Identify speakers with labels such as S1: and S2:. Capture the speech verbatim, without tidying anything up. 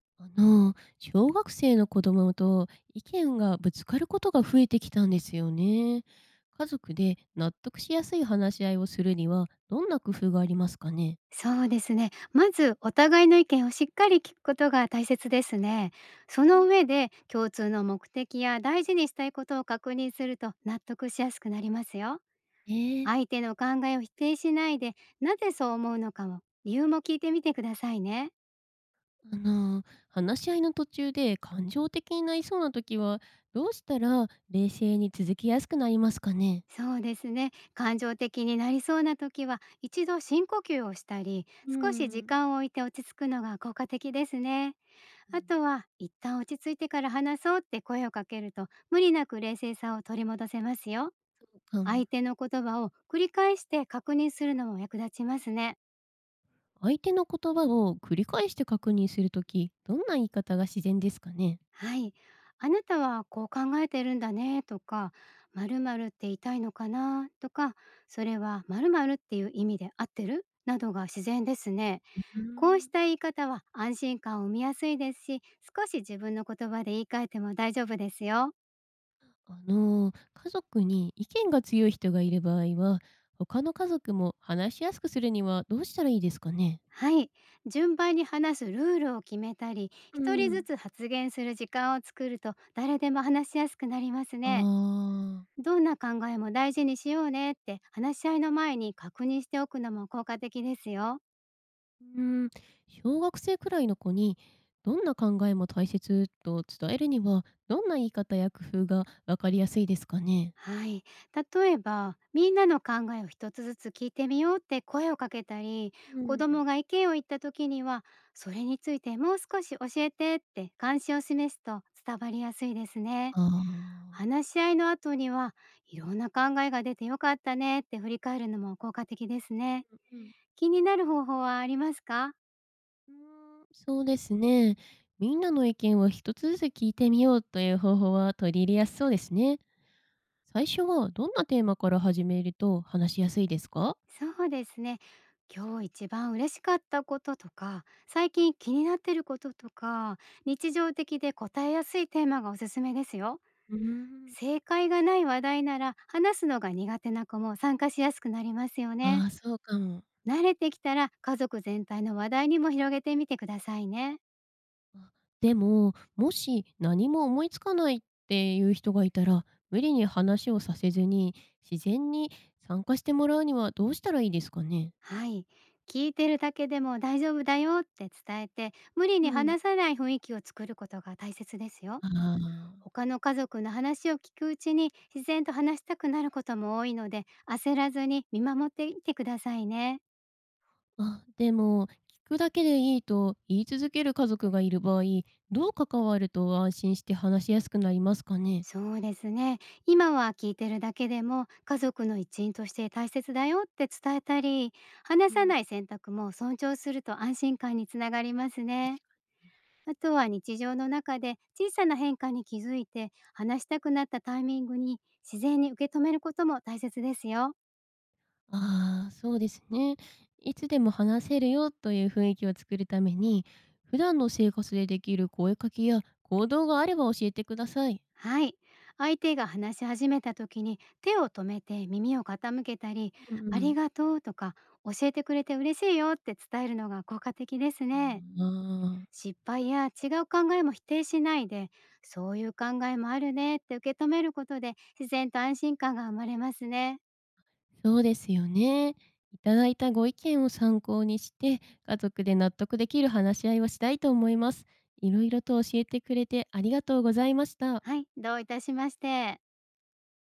S1: あの、小学生の子供と意見がぶつかることが増えてきたんですよね。家族で納得しやすい話し合いをするにはどんな工夫がありますかね？
S2: そうですね。まずお互いの意見をしっかり聞くことが大切ですね。その上で共通の目的や大事にしたいことを確認すると納得しやすくなりますよ。
S1: えー、
S2: 相手の考えを否定しないで、なぜそう思うのかも理由も聞いてみてくださいね。
S1: あの、話し合いの途中で感情的になりそうな時はどうしたら冷静に続きやすくなりますかね？
S2: そうですね。感情的になりそうな時はいちど深呼吸をしたり、
S1: う
S2: 少し時
S1: ん、
S2: 間を置いて落ち着くのが効果的ですね。あと
S1: ん、
S2: は、いったん落ち着いてから話そうって声をかけると、無理なく冷静さを取り戻せますよ。
S1: そうかも。
S2: 相手の言葉を繰り返して確認するのも役立ちますね。
S1: 相手の言葉を繰り返して確認するとき、どんな言い方が自然ですかね？
S2: はい。あなたはこう考えてるんだねとか、〇〇って言いたいのかなとか、それは〇〇っていう意味で合ってるなどが自然ですね。
S1: う
S2: こうし
S1: ん。
S2: た言い方は安心感を生みやすいですし、少し自分の言葉で言い換えても大丈夫ですよ。
S1: あの、家族に意見が強い人がいる場合は、他の家族も話しやすくするにはどうしたらいいですかね？
S2: はい。順番に話すルールを決めたり、
S1: う
S2: 一人
S1: ん、
S2: ずつ発言する時間を作ると誰でも話しやすくなります
S1: あ
S2: ね。
S1: あ、
S2: どんな考えも大事にしようねって話し合いの前に確認しておくのも効果的ですよ。
S1: うーん、小学生くらいの子に、どんな考えも大切と伝えるには、どんな言い方や工夫がわかりやすいですかね？
S2: はい。例えば、みんなの考えをひとつずつ聞いてみようって声をかけたり、
S1: う
S2: 子
S1: ん、
S2: 供が意見を言った時には、それについてもう少し教えてって関心を示すと伝わりやすいですね。
S1: ああ、
S2: 話し合いの後には、いろんな考えが出てよかったねって振り返るのも効果的ですね。
S1: うん、ー
S2: 気になる方法はありますか？
S1: うーん、そうですね。みんなの意見を一つずつ聞いてみようという方法は取り入れやすそうですね。最初はどんなテーマから始めると話しやすいですか？
S2: そうですね。今日一番嬉しかったこととか、最近気になってることとか、日常的で答えやすいテーマがおすすめですよ。
S1: うーん。
S2: 正解がない話題なら話すのが苦手な子も参加しやすくなりますよね。
S1: ああ、そうかも。
S2: 慣れてきたら家族全体の話題にも広げてみてくださいね。
S1: あ、でも、もし何も思いつかないっていう人がいたら、無理に話をさせずに、自然に参加してもらうにはどうしたらいいですかね？
S2: はい。聞いてるだけでも大丈夫だよって伝えて、無理
S1: う
S2: に
S1: ん。
S2: 話さない雰囲気を作ることが大切ですよ。
S1: あ
S2: 他の家族の話を聞くうちに自然と話したくなることも多いので、焦らずに見守っていてくださいね。
S1: あ、あ、でも、聞くだけでいいと言い続ける家族がいる場合、どう関わると安心して話しやすくなりますかね？
S2: そうですね。今は聞いてるだけでも家族のいちいんとして大切だよって伝えたり、
S1: う
S2: 話さ
S1: ん、
S2: ない選択も尊重すると安心感につながりますね。あとは日常の中で小さな変化に気づいて、話したくなったタイミングに自然に受け止めることも大切ですよ。
S1: ああ、そうですね。いつでも話せるよという雰囲気を作るために、普段の生活でできる声かけや行動があれば教えてください。
S2: はい。相手が話し始めた時に手を止めて耳を傾けたり、
S1: うん
S2: あ
S1: う
S2: り
S1: ん。
S2: がとうとか教えてくれて嬉しいよって伝えるのが効果的ですね。
S1: ああ、
S2: 失敗や違う考えも否定しないで、そういう考えもあるねって受け止めることで自然と安心感が生まれますね。
S1: そうですよね。いただいたご意見を参考にして、家族で納得できる話し合いをしたいと思います。いろいろと教えてくれてありがとうございました。
S2: はい、どういたしまして。